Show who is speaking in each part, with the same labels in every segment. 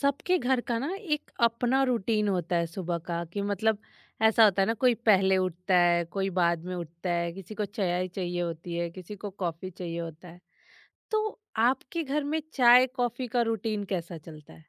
Speaker 1: सबके घर का ना एक अपना रूटीन होता है सुबह का कि मतलब ऐसा होता है ना। कोई पहले उठता है, कोई बाद में उठता है। किसी को चाय चाहिए होती है, किसी को कॉफी चाहिए होता है। तो आपके घर में चाय कॉफी का रूटीन कैसा चलता है?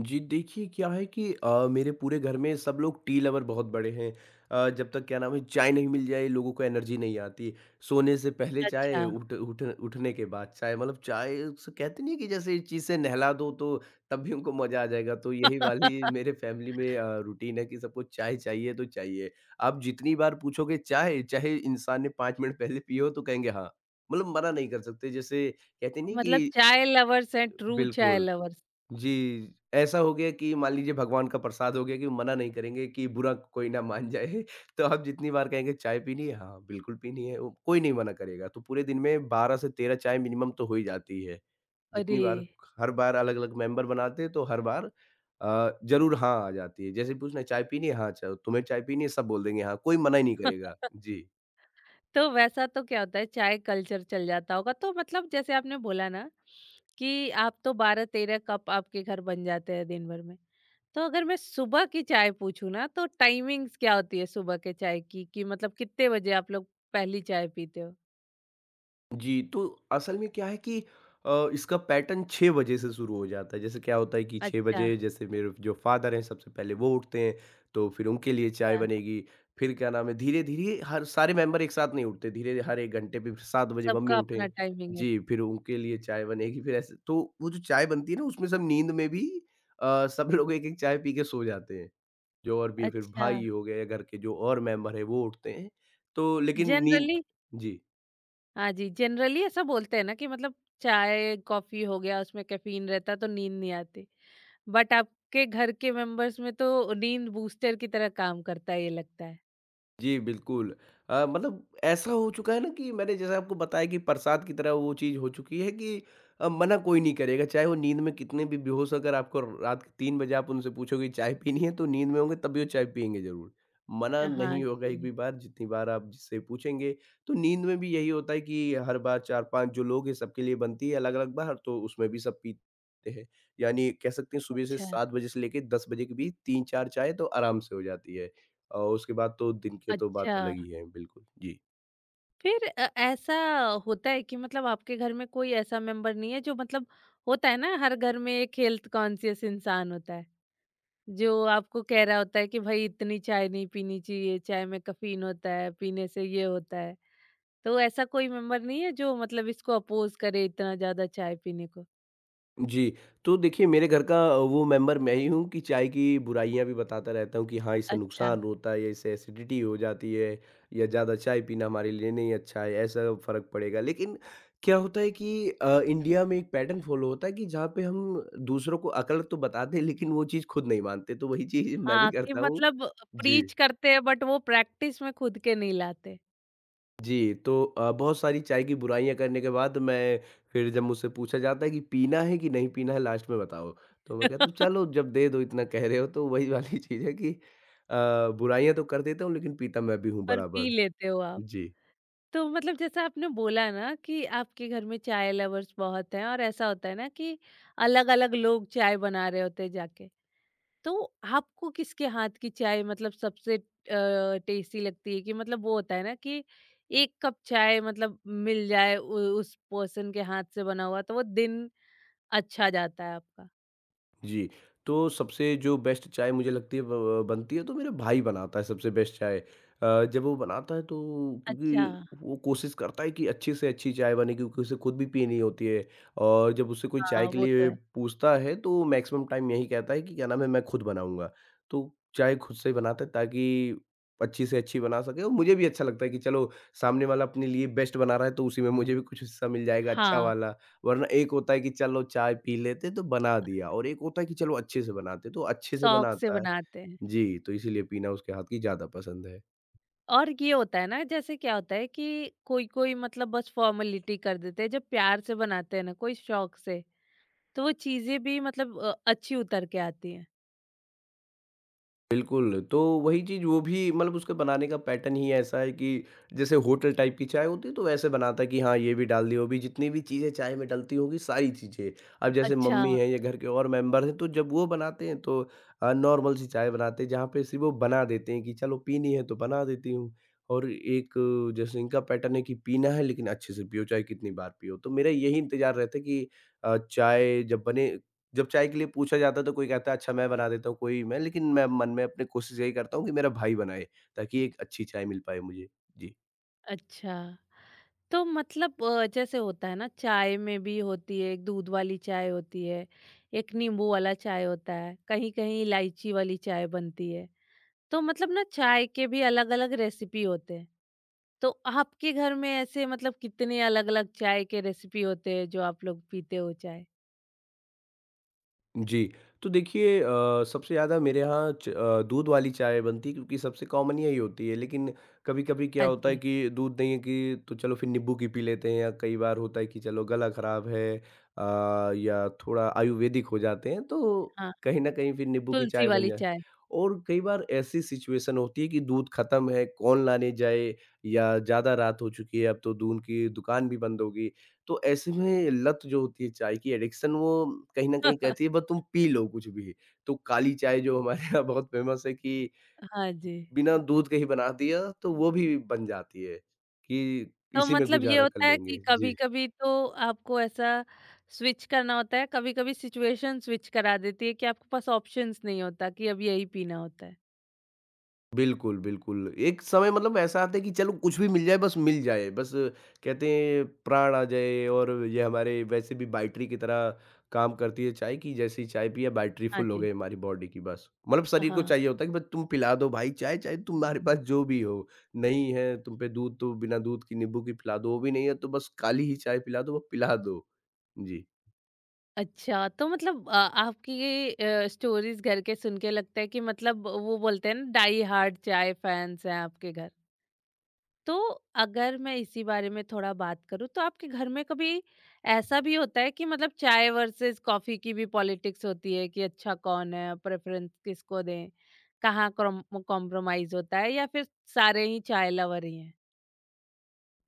Speaker 2: जी, देखिए क्या है कि मेरे पूरे घर में सब लोग टी लवर बहुत बड़े हैं। जब तक क्या नाम है, चाय नहीं मिल जाए, लोगों को एनर्जी नहीं आती। सोने से पहले चाय,
Speaker 1: अच्छा।
Speaker 2: उठ उठ उठने के बाद चाय, मतलब चाय। स कहते नहीं है कि जैसे इस चीज़ से नहला दो, तो तब भी उनको मज़ा आ जाएगा। तो यही वाली मेरे फैमिली में रूटीन है कि सबको चाय चाहिए तो चाहिए। आप जितनी बार पूछोगे चाय, चाहे इंसान ने 5 मिनट पहले पी हो, तो कहेंगे हाँ। मतलब मना नहीं कर सकते, जैसे कहते नहीं
Speaker 1: मतलब
Speaker 2: कि।
Speaker 1: चाय लवर्स हैं, ट्रू चाय
Speaker 2: बिल्कुल।
Speaker 1: लवर्स।
Speaker 2: जी, ऐसा हो गया कि मान लीजिए भगवान का प्रसाद हो गया, कि मना नहीं करेंगे कि बुरा कोई ना मान जाए। तो आप जितनी बार कहेंगे चाय पीनी है? हाँ, बिल्कुल पीनी है। वो कोई नहीं मना करेगा। तो पूरे दिन में 12 से 13 चाय मिनिमम तो हो ही जाती है।
Speaker 1: अरे।
Speaker 2: जितनी बार, हर बार अलग-अलग मेंबर बनाते हैं, तो हर बार ज़रूर हाँ आ जाती है। जैसे पूछना है, चाय पीनी है? हाँ, च तुम्हें चाय पीनी है? सब बोल देंगे हाँ, कोई मना ही नहीं करेगा। जी।
Speaker 1: तो वैसा तो क्या होता है, चाय कल्चर चल जाता होगा तो मतलब जैसे आपने बोला ना कि आप तो 12-13 कप आपके घर बन जाते हैं दिन भर में। तो अगर मैं सुबह की चाय पूछूं ना तो टाइमिंग्स क्या होती है सुबह के चाय की कि मतलब कितने बजे आप लोग पहली चाय पीते हो?
Speaker 2: जी, तो असल में क्या है कि इसका पैटर्न 6 बजे से शुरू हो जाता है। जैसे क्या होता है कि 6
Speaker 1: अच्छा।
Speaker 2: बजे जैसे मेरे जो फ़ादर हैं सबसे पहले वो उठते हैं, तो फिर उनके लिए चाय
Speaker 1: अच्छा।
Speaker 2: बनेगी। फिर क्या नाम है, धीरे-धीरे हर सारे मेंबर एक साथ नहीं उठते। धीरे हर 1 घंटे पे, 7 बजे मम्मी
Speaker 1: सबका अपना
Speaker 2: उठें।
Speaker 1: टाइमिंग है।
Speaker 2: जी, फिर उनके लिए चाय बनेगी। फिर ऐसे तो वो जो चाय बनती है ना, उसमें सब नींद में भी, सब लोग एक-एक चाय पी के सो जाते हैं। जो और भी है, फिर
Speaker 1: अच्छा।
Speaker 2: भाई हो गए, घर के जो और मेंबर हैं वो उठते हैं। तो लेकिन नींद।
Speaker 1: जनरली।
Speaker 2: जी।
Speaker 1: हाँ जी, जनरली ऐसा बोलते हैं ना कि मतलब चाय, कॉफ़ी हो गया, उसमें कैफ़ीन रहता है तो नींद नहीं आती। बट आपके घर के मेंबर्स में तो नींद बूस्टर की तरह काम करता है ये लगता है।
Speaker 2: जी, बिल्कुल। मतलब ऐसा हो चुका है ना, कि मैंने जैसा आपको बताया कि प्रसाद की तरह वो चीज़ हो चुकी है, कि मना कोई नहीं करेगा। चाहे वो नींद में कितने भी बेहोश, अगर आपको रात के 3 बजे आप उनसे पूछोगे चाय पीनी है, तो नींद में होंगे तब भी वो चाय पिएँगे ज़रूर। मना
Speaker 1: हाँ
Speaker 2: नहीं होगा एक भी
Speaker 1: जी।
Speaker 2: बार, जितनी बार आप जिससे पूछेंगे। तो नींद में भी यही होता है कि हर बार 4-5 जो लोग हैं, सबके लिए बनती है अलग-अलग बार, तो उसमें भी सब पीते हैं। यानी कह सकते हैं, सुबह से
Speaker 1: अच्छा।
Speaker 2: 7 बजे से लेके 10 बजे के बीच 3-4 चाय तो आराम से हो जाती है। उसके बाद तो दिन के तो
Speaker 1: अच्छा।
Speaker 2: बात अलग ही है, बिल्कुल। जी।
Speaker 1: फिर ऐसा होता है कि मतलब आपके घर में कोई ऐसा मेंबर नहीं है जो मतलब होता है ना, हर घर में एक हेल्थ कॉन्शियस इंसान होता है, जो आपको कह रहा होता है कि भाई इतनी चाय नहीं पीनी चाहिए, चाय में कैफ़ीन होता है, पीने से ये होता है। तो ऐसा कोई मेंबर नहीं है जो मतलब इसको अपोज करे इतना ज्यादा चाय पीने को?
Speaker 2: जी, तो देखिए, मेरे घर का वो मेंबर मैं ही हूँ कि चाय की बुराइयाँ भी बताता रहता हूँ कि हाँ, इससे
Speaker 1: अच्छा।
Speaker 2: नुकसान होता है, या इससे एसिडिटी हो जाती है, या ज़्यादा चाय पीना हमारे लिए नहीं अच्छा है, ऐसा फ़र्क पड़ेगा। लेकिन क्या होता है कि इंडिया में एक पैटर्न फ़ॉलो होता है, कि जहाँ पे हम दूसरों को अकल तो बताते हैं, लेकिन वो चीज़ खुद नहीं मानते, तो वही चीज़ मैं भी
Speaker 1: हाँ, कि
Speaker 2: करता हूँ।
Speaker 1: मतलब
Speaker 2: जी।
Speaker 1: प्रीच करते हैं बट वो प्रैक्टिस में खुद के नहीं लाते।
Speaker 2: जी, तो बहुत सारी चाय की बुराइयाँ करने के बाद मैं, फिर जब मुझसे पूछा जाता है कि पीना है कि नहीं पीना है लास्ट में बताओ? तो मैं कहता हूँ, चलो जब दे दो, इतना कह रहे हो, तो वही वाली चीज़ है कि बुराइयाँ तो कर देता हूँ, लेकिन पीता मैं भी हूँ
Speaker 1: पर पी
Speaker 2: बराबर।
Speaker 1: लेते हो आप।
Speaker 2: जी।
Speaker 1: तो मतलब जैसा आपने बोला ना कि आपके घर में चाय लवर्स बहुत हैं और ऐसा होता है ना कि अलग-अलग लोग चाय बना रहे होते हैं जाके। तो आपको किसके हाथ की चाय मतलब सबसे टेस्टी लगती है कि मतलब वो होता है ना कि एक कप चाय मतलब मिल जाए उस पर्सन के हाथ से बना हुआ तो वो दिन अच्छा जाता है आपका।
Speaker 2: जी, तो सबसे जो बेस्ट चाय मुझे लगती है ब ब बनती है, तो मेरा भाई बनाता है सबसे बेस्ट चाय। जब वो बनाता है, तो
Speaker 1: अच्छा।
Speaker 2: क्योंकि वो कोशिश करता है कि अच्छी से अच्छी चाय बने, क्योंकि उसे खुद भी पीनी होती है। और जब उससे कोई
Speaker 1: हाँ,
Speaker 2: चाय के
Speaker 1: वो तो
Speaker 2: लिए
Speaker 1: है।
Speaker 2: पूछता है, तो मैक्सिमम टाइम यही कहता है कि क्या नाम है, मैं खुद बनाऊँगा। तो चाय खुद से ही बनाता है, ताकि अच्छी से अच्छी बना सके, और मुझे भी अच्छा लगता है कि चलो सामने वाला अपने लिए बेस्ट बना रहा है, तो उसी में मुझे भी कुछ हिस्सा मिल जाएगा अच्छा
Speaker 1: हाँ,
Speaker 2: वाला। वरना एक होता है कि चलो चाय पी लेते, तो बना दिया, और एक होता है कि चलो अच्छे से बनाते, तो अच्छे से
Speaker 1: शौक से
Speaker 2: बनाता है।
Speaker 1: बनाते हैं।
Speaker 2: जी, तो इसीलिए पीना उसके हाथ की ज़्यादा पसंद है।
Speaker 1: और ये होता है ना, जैसे क्या होता है कि कोई कोई मतलब बस फॉर्मेलिटी कर देते हैं, जब प्यार से बनाते हैं ना कोई शौक से तो वो चीजें भी मतलब अच्छी उतर के आती हैं।
Speaker 2: बिल्कुल, तो वही चीज़ वो भी, मतलब उसका बनाने का पैटर्न ही ऐसा है कि जैसे होटल टाइप की चाय होती है, तो वैसे बनाता है कि हाँ, ये भी डाल दिया, वो भी, जितनी भी चीज़ें चाय में डलती होंगी, सारी चीज़ें। अब जैसे
Speaker 1: अच्छा।
Speaker 2: मम्मी हैं या घर के और मेंबर हैं, तो जब वो बनाते हैं तो नॉर्मल सी चाय बनाते हैं, जहाँ पे सिर्फ़ वो बना देते हैं कि चलो पीनी है तो बना देती हूँ। और एक जैसे इनका पैटर्न है कि पीना है, लेकिन अच्छे से पियो, चाहे कितनी बार पियो। तो मेरा यही इंतज़ार रहता है कि चाय जब बने, जब चाय के लिए पूछा जाता है, तो कोई कहता है अच्छा मैं बना देता हूँ, कोई मैं। लेकिन मैं मन में अपने कोशिश यही करता हूँ कि मेरा भाई बनाए, ताकि एक अच्छी चाय मिल पाए मुझे। जी।
Speaker 1: अच्छा, तो मतलब जैसे होता है ना चाय में भी होती है, एक दूध वाली चाय होती है, एक नींबू वाला चाय होता है, कहीं कहीं इलायची वाली चाय बनती है। तो मतलब ना चाय के भी अलग अलग रेसिपी होते हैं। तो आपके घर में ऐसे मतलब कितने अलग अलग चाय के रेसिपी होते हैं जो आप लोग पीते हो चाय?
Speaker 2: जी, तो देखिए, सबसे ज़्यादा मेरे यहाँ दूध वाली चाय बनती है, क्योंकि सबसे कॉमन यही होती है। लेकिन कभी-कभी क्या
Speaker 1: हाँ
Speaker 2: होता है
Speaker 1: जी।
Speaker 2: कि दूध नहीं है, कि तो चलो फिर नींबू की पी लेते हैं, या कई बार होता है कि चलो गला खराब है, या थोड़ा आयुर्वेदिक हो जाते हैं, तो
Speaker 1: हाँ।
Speaker 2: कहीं न कहीं फिर नींबू की
Speaker 1: तुलसी
Speaker 2: चाय बन
Speaker 1: वाली
Speaker 2: जाए।
Speaker 1: चाय।
Speaker 2: और कई बार ऐसी सिचुएशन होती है कि दूध खत्म है, कौन लाने जाए, या ज़्यादा रात हो चुकी है, अब तो दूध की दुकान भी बंद होगी। तो ऐसे में लत जो होती है चाय की, एडिक्शन, वो कहीं न कहीं कहती है बस तुम पी लो कुछ भी। तो काली चाय, जो हमारे यहाँ बहुत फ़ेमस है कि
Speaker 1: हाँ जी।
Speaker 2: बिना दूध के ही बना दिया, तो वो भी बन जाती है, कि
Speaker 1: तो
Speaker 2: इसी में
Speaker 1: मतलब ये
Speaker 2: गुज़ारा कर
Speaker 1: होता है कि
Speaker 2: लेंगे। जी।
Speaker 1: कभी-कभी तो आपको ऐसा स्विच करना होता है, कभी-कभी सिचुएशन स्विच करा देती है कि आपके पास ऑप्शंस नहीं होता, कि अब यही पीना होता है।
Speaker 2: बिल्कुल, बिल्कुल। एक समय मतलब ऐसा आता है कि चलो कुछ भी मिल जाए, बस मिल जाए। बस कहते हैं प्राण आ जाए, और ये हमारे वैसे भी बैटरी की तरह काम करती है चाय, की जैसे ही चाय पिया बैटरी
Speaker 1: हाँ
Speaker 2: फुल हो
Speaker 1: जी।
Speaker 2: गई हमारी बॉडी की, बस। मतलब शरीर को
Speaker 1: हाँ।
Speaker 2: चाहिए होता है कि बस तुम पिला दो भाई चाय, चाहे तुम्हारे पास जो भी हो। नहीं है तुम पे दूध, तो बिना दूध की नींबू की पिला दो, वो भी नहीं है तो बस काली ही चाय पिला दो, वो पिला दो। जी।
Speaker 1: अच्छा, तो मतलब आपकी ये स्टोरीज़ घर के सुन के लगता है कि मतलब वो बोलते हैं ना, डाई हार्ड चाय फैन्स हैं आपके घर। तो अगर मैं इसी बारे में थोड़ा बात करूँ तो आपके घर में कभी ऐसा भी होता है कि मतलब चाय वर्सेस कॉफी की भी पॉलिटिक्स होती है कि अच्छा कौन है, प्रेफरेंस किसको दें, कहाँ कॉम्प्रोमाइज होता है या फिर सारे ही चाय लवर ही हैं?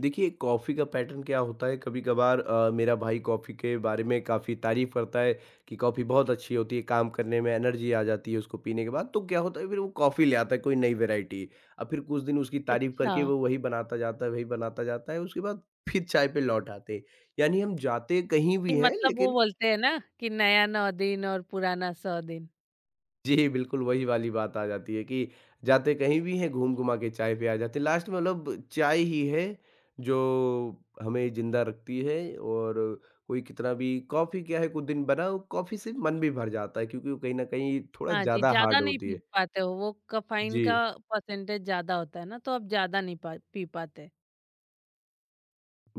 Speaker 2: देखिए, कॉफ़ी का पैटर्न क्या होता है, कभी-कभार मेरा भाई कॉफ़ी के बारे में काफ़ी तारीफ़ करता है कि कॉफ़ी बहुत अच्छी होती है, काम करने में एनर्जी आ जाती है उसको पीने के बाद। तो क्या होता है, फिर वो कॉफ़ी ले आता है कोई नई वैरायटी। अब फिर कुछ दिन उसकी तारीफ़
Speaker 1: अच्छा।
Speaker 2: करके वो वही बनाता जाता है, वही बनाता जाता है, उसके बाद फिर चाय पे लौट आते हैं। यानी हम जाते कहीं भी
Speaker 1: कि
Speaker 2: हैं,
Speaker 1: मतलब वो
Speaker 2: लेकिन।
Speaker 1: बोलते हैं ना कि नया नौ दिन और पुराना सौ दिन।
Speaker 2: जी, बिल्कुल वही वाली बात आ जाती है कि जाते कहीं भी हैं, घूम-घुमा के चाय पे आ जाते हैं। लास्ट में, मतलब चाय ही है जो हमें ज़िंदा रखती है, और कोई कितना भी कॉफ़ी क्या है कुछ दिन बनाओ, कॉफ़ी से मन भी भर जाता है, क्योंकि वो कहीं न कहीं थोड़ा
Speaker 1: हाँ जी,
Speaker 2: ज़्यादा
Speaker 1: ज्यादा
Speaker 2: हार्ड
Speaker 1: नहीं
Speaker 2: होती
Speaker 1: पी
Speaker 2: है।
Speaker 1: पाते हो वो कफाइन का
Speaker 2: जी,
Speaker 1: परसेंटेज ज्यादा होता है ना, तो आप ज्यादा नहीं पी पाते।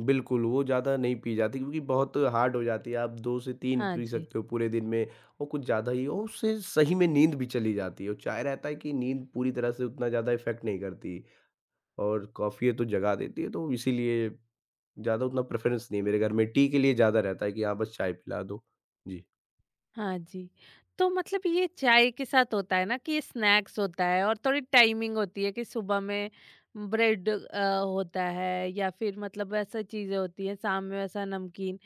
Speaker 2: बिल्कुल, वो ज़्यादा नहीं पी जाती, क्योंकि बहुत हार्ड हो जाती है। आप 2 से 3
Speaker 1: हाँ
Speaker 2: पी
Speaker 1: जी।
Speaker 2: सकते हो पूरे दिन में, और कुछ ज़्यादा ही, और उससे सही में नींद भी चली जाती है, और चाय रहता है कि नींद पूरी तरह से, उतना ज़्यादा इफ़ेक्ट नहीं करती। और कॉफ़ी है तो जगा देती है, तो इसीलिए ज़्यादा उतना प्रेफ़रेंस नहीं है मेरे घर में। टी के लिए ज़्यादा रहता है कि हाँ, बस चाय पिला दो। जी।
Speaker 1: हाँ जी। तो मतलब ये चाय के साथ होता है ना कि ये स्नैक्स होता है और थोड़ी टाइमिंग होती है कि सुबह में ब्रेड होता है या फिर मतलब ऐसा चीज़ें होती हैं, शाम में वैसा नमकीन।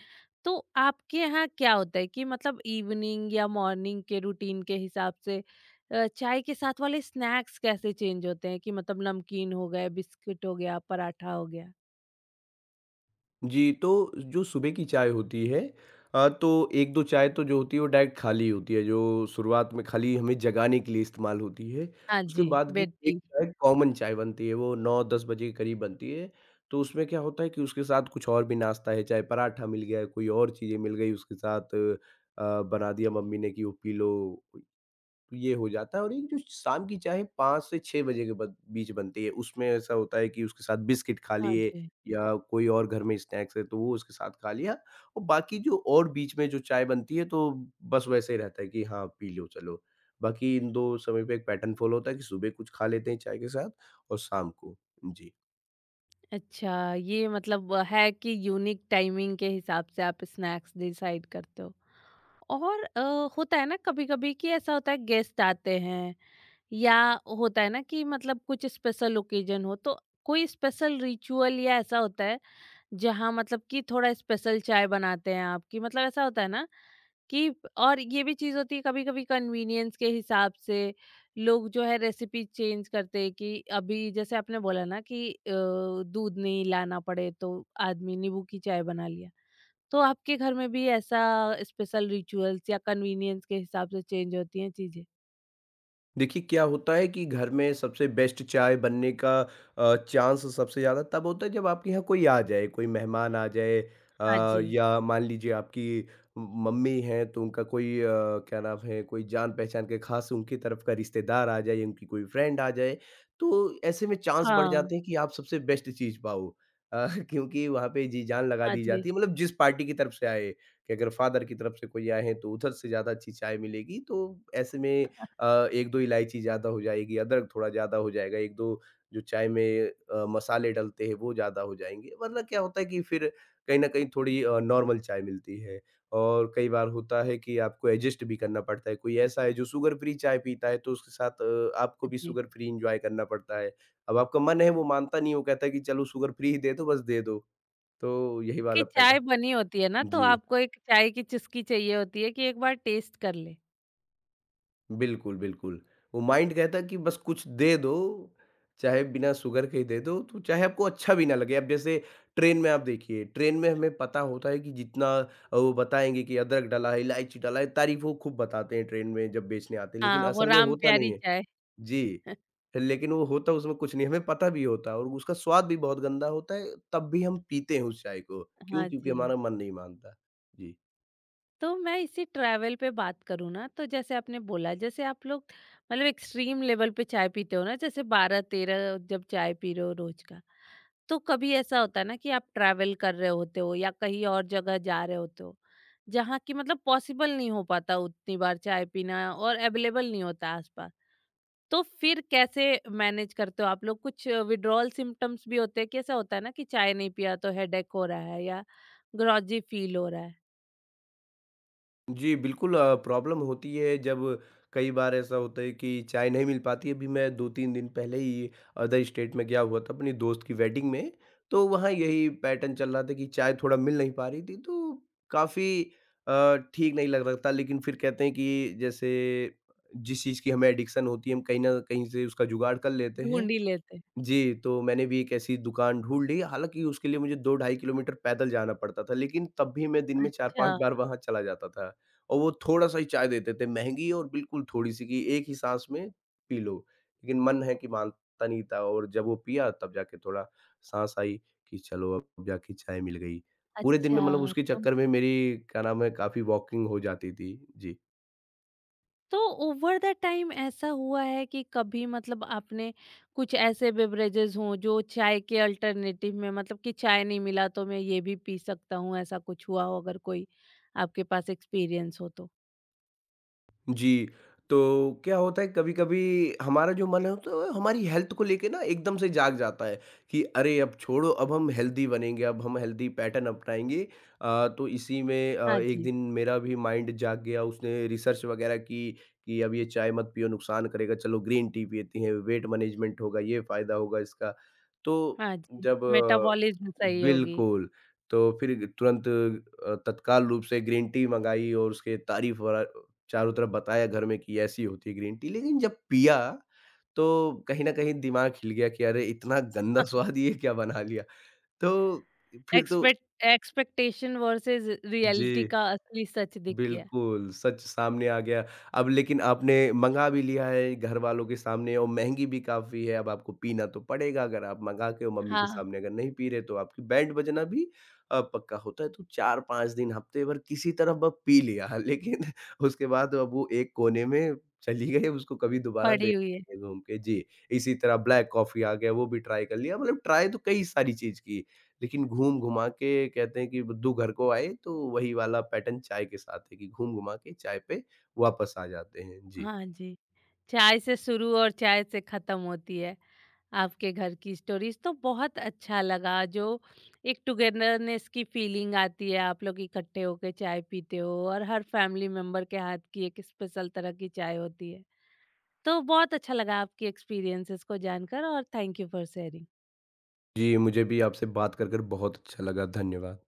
Speaker 1: तो आपके यहाँ क्या होता है कि मतलब इवनिंग या मॉर्निंग के रूटीन के हिसाब से चाय के साथ वाले स्नैक्स कैसे चेंज होते हैं कि मतलब नमकीन हो गए, बिस्किट हो गया, पराठा हो गया?
Speaker 2: जी, तो जो सुबह की चाय होती है, तो 1-2 चाय तो जो होती है वो डायरेक्ट खाली होती है, जो शुरुआत में खाली हमें जगाने के लिए इस्तेमाल होती है।
Speaker 1: हाँ
Speaker 2: उसके
Speaker 1: जी,
Speaker 2: बाद की
Speaker 1: बेड
Speaker 2: एक
Speaker 1: टी।
Speaker 2: चाय, कॉमन चाय बनती है, वो 9-10 बजे के करीब बनती है। तो उसमें क्या होता है कि उसके साथ कुछ और भी नाश्ता है, चाहे पराठा मिल गया, कोई और चीज़ें मिल गई उसके साथ, बना दिया मम्मी ने कि वो पी लो। तो ये हो जाता है। और एक जो शाम की चाय 5 से 6 बजे के बद बीच बनती है, उसमें ऐसा होता है कि उसके साथ बिस्किट खा
Speaker 1: हाँ
Speaker 2: लिए,
Speaker 1: जी।
Speaker 2: या कोई और घर में स्नैक्स है, तो वो उसके साथ खा लिया। और बाकी जो और बीच में जो चाय बनती है, तो बस वैसे ही रहता है कि हाँ, पी लो चलो। बाकी इन 2 समय पे एक पैटर्न फ़ॉलो होता है कि सुबह कुछ खा लेते हैं चाय के साथ, और शाम को। जी।
Speaker 1: अच्छा, ये मतलब है कि यूनिक टाइमिंग के हिसाब से आप स्नैक्स डिसाइड करते हो। और होता है ना कभी-कभी कि ऐसा होता है गेस्ट आते हैं, या होता है ना कि मतलब कुछ स्पेशल ओकेजन हो तो कोई स्पेशल रिचुअल या ऐसा होता है जहाँ मतलब कि थोड़ा स्पेशल चाय बनाते हैं आप कि मतलब ऐसा होता है ना कि और ये भी चीज़ होती है कभी-कभी कन्वीनियंस के हिसाब से लोग जो है रेसिपी चेंज करते हैं कि अभी जैसे आपने बोला ना कि दूध नहीं लाना पड़े तो आदमी नींबू की चाय बना लिया। तो आपके घर में भी ऐसा स्पेशल रिचुअल्स या कन्वीनियंस के हिसाब से चेंज होती हैं चीज़ें?
Speaker 2: देखिए, क्या होता है कि घर में सबसे बेस्ट चाय बनने का चांस सबसे ज़्यादा तब होता है जब आपके यहाँ कोई आ जाए, कोई मेहमान आ जाए
Speaker 1: हाँ
Speaker 2: अ,
Speaker 1: जी।
Speaker 2: या मान लीजिए आपकी म मम्मी हैं तो उनका कोई क्या नाम है, कोई जान-पहचान के ख़ास उनकी तरफ का रिश्तेदार आ जाए, उनकी कोई फ्रेंड आ जाए, तो ऐसे में चांस बढ़
Speaker 1: हाँ।
Speaker 2: जाते हैं कि आप सबसे बेस्ट चीज़ पाओ। क्योंकि वहाँ पे जी जान लगा
Speaker 1: हाँ
Speaker 2: दी
Speaker 1: जी,
Speaker 2: जाती है मतलब जिस पार्टी की तरफ से आए, कि अगर फादर की तरफ से कोई आए हैं तो उधर से ज़्यादा अच्छी चाय मिलेगी, तो ऐसे में 1-2 इलायची ज़्यादा हो जाएगी, अदरक थोड़ा ज़्यादा हो जाएगा, 1-2 जो चाय में मसाले डलते हैं वो ज़्यादा हो जाएँगे, वरना क्या होता है कि फिर कहीं न कहीं थोड़ी नॉर्मल चाय मिलती है। और कई बार होता है कि आपको एडजस्ट भी करना पड़ता है, कोई ऐसा है जो शुगर फ्री चाय पीता है तो उसके साथ आपको
Speaker 1: हाँ
Speaker 2: भी
Speaker 1: जी।
Speaker 2: शुगर फ्री एन्जॉय करना पड़ता है। अब आपका मन है वो मानता नहीं है, वो कहता है कि चलो शुगर फ्री ही दे दो, बस दे दो, तो यही वाला
Speaker 1: कि चाय
Speaker 2: पैटर्न।
Speaker 1: बनी होती है ना तो
Speaker 2: जी।
Speaker 1: आपको एक चाय की चुस्की चाहिए होती है कि एक बार टेस्ट कर ले।
Speaker 2: बिल्कुल, बिल्कुल। वो माइंड कहता है कि बस कुछ दे दो, चाहे बिना शुगर के ही दे दो, तो चाहे आपको अच्छा भी ना लगे। अब जैसे ट्रेन में आप देखिए, ट्रेन में हमें पता होता है कि जितना वो बताएँगे कि अदरक डाला है, इलायची डाला है, तारीफ़ वो खूब बताते हैं ट्रेन में जब बेचने आते हैं, लेकिन
Speaker 1: हाँ, वो
Speaker 2: असल में
Speaker 1: राम
Speaker 2: होता नहीं
Speaker 1: प्यारी
Speaker 2: है।
Speaker 1: चाय।
Speaker 2: जी, लेकिन वो होता उसमें कुछ नहीं है, हमें पता भी होता है और उसका स्वाद भी बहुत गंदा होता है, तब भी हम पीते हैं उस चाय को। क्यों?
Speaker 1: हाँ
Speaker 2: क्योंकि
Speaker 1: जी।
Speaker 2: हमारा मन नहीं मानता। जी।
Speaker 1: तो मैं इसी ट्रैवल पे बात करूँ ना तो जैसे आपने बोला, जैसे आप लोग मतलब एक्सट्रीम लेवल पे चाय पीते हो ना, जैसे 12-13 जब चाय पी रहे हो रोज का, तो कभी ऐसा होता है ना कि आप ट्रैवल कर रहे होते हो या कहीं और जगह जा रहे होते हो जहाँ की मतलब पॉसिबल नहीं हो पाता उतनी बार चाय पीना और अवेलेबल नहीं होता आसपास। तो फिर कैसे मैनेज करते हो आप लोग? कुछ विड्रॉल सिम्टम्स भी होते हैं, कैसा होता है ना कि चाय नहीं पिया तो हेडेक हो रहा है या ग्रॉजी फील हो रहा है?
Speaker 2: जी, बिल्कुल. प्रॉब्लम होती है जब कई बार ऐसा होता है कि चाय नहीं मिल पाती है। अभी मैं 2-3 दिन पहले ही अदर स्टेट में गया हुआ था अपनी दोस्त की वेडिंग में, तो वहाँ यही पैटर्न चल रहा था कि चाय थोड़ा मिल नहीं पा रही थी, तो काफ़ी ठीक नहीं लग रहा था। लेकिन फिर कहते हैं कि जैसे जिस चीज़ की हमें एडिक्शन होती है, हम कहीं न कहीं से उसका जुगाड़ कर लेते हैं।
Speaker 1: ढूंढ ही लेते हैं।
Speaker 2: जी, तो मैंने भी एक ऐसी दुकान ढूँढ ली, हालाँकि उसके लिए मुझे 2 ढाई किलोमीटर पैदल जाना पड़ता था, लेकिन तब भी मैं दिन में
Speaker 1: अच्छा।
Speaker 2: 4-5 बार वहाँ चला जाता था। और वो थोड़ा-सा ही चाय देते थे, महँगी और बिल्कुल थोड़ी-सी कि एक ही साँस में पी लो, लेकिन मन है कि मानता नहीं था और जब वो पिया तब जाके थोड़ा साँस आई कि चलो अब जाके चाय मिल गई। पूरे दिन में मतलब
Speaker 1: अच्छा,
Speaker 2: उसके चक्कर में मेरी क्या नाम है काफ़ी वॉकिंग हो जाती थी। जी।
Speaker 1: तो ओवर द टाइम ऐसा हुआ है कि कभी मतलब आपने कुछ ऐसे बेवरेजेस हों जो चाय के अल्टरनेटिव में मतलब कि चाय नहीं मिला तो मैं ये भी पी सकता हूँ, ऐसा कुछ हुआ हो अगर कोई आपके पास एक्सपीरियंस हो तो?
Speaker 2: जी, तो क्या होता है कभी-कभी हमारा जो मन होता है तो हमारी हेल्थ को लेके ना एकदम से जाग जाता है कि अरे अब छोड़ो अब हम हेल्दी बनेंगे, अब हम हेल्दी पैटर्न अपनाएँगे। तो इसी में
Speaker 1: हाँ
Speaker 2: एक
Speaker 1: जी।
Speaker 2: दिन मेरा भी माइंड जाग गया उसने रिसर्च वगैरह की कि अब ये चाय मत पियो नुकसान करेगा, चलो ग्रीन टी पीते हैं, वेट मैनेजमेंट होगा, ये फ़ायदा होगा इसका। तो
Speaker 1: हाँ जी,
Speaker 2: जब
Speaker 1: मेटाबॉलिज़्म सही होगी।
Speaker 2: बिल्कुल, तो फिर तुरंत तत्काल रूप से ग्रीन टी मँगाई और उसके तारीफ़ वरा चारों तरफ बताया घर में कि ऐसी होती है ग्रीन टी, लेकिन जब पिया तो कहीं न कहीं दिमाग हिल गया कि अरे! इतना गंदा स्वाद ये क्या बना लिया। तो फिर तो
Speaker 1: एक्सपेक्ट एक्सपेक्टेशन वर्सेस
Speaker 2: जी।
Speaker 1: रियलिटी का असली सच दिख गया।
Speaker 2: बिल्कुल, सच सामने आ गया। अब लेकिन आपने मँगा भी लिया है घरवालों के सामने और महँगी भी काफ़ी है, अब आपको पीना तो पड़ेगा। अगर आप मँगा के और मम्मी के
Speaker 1: हाँ,
Speaker 2: सामने अगर नहीं पी रहे, तो आपकी बैंड बजना भी पक्का होता है। तो 4-5 दिन, हफ़्ते भर किसी तरह ब पी लिया, लेकिन उसके बाद अब वो एक कोने में चली गई, उसको कभी दोबारा
Speaker 1: पड़ी
Speaker 2: देख
Speaker 1: हुई है।
Speaker 2: नहीं घूम के। जी, इसी तरह ब्लैक कॉफ़ी आ गया, वो भी ट्राई कर लिया। मतलब ट्राई तो कई सारी चीज़ की। लेकिन घूम-घुमा के कहते हैं कि बुद्धू घर को आए, तो वही वाला पैटर्न चाय के साथ है कि घूम-घुमा के चाय पे वापस आ जाते हैं। जी।
Speaker 1: हाँ जी, चाय से शुरू और चाय से खत्म होती है। आपके घर की स्टोरीज तो बहुत अच्छा लगा जो एक टुगेदरनेस की फीलिंग आती है, आप लोग इकट्ठे होके चाय पीते हो और हर फैमिली मेंबर के हाथ की एक स्पेशल तरह की चाय होती है। तो बहुत अच्छा लगा आपकी एक्सपीरियंसेस को जानकर, और थैंक यू फॉर शेयरिंग।
Speaker 2: जी, मुझे भी आपसे बात कर कर बहुत अच्छा लगा। धन्यवाद।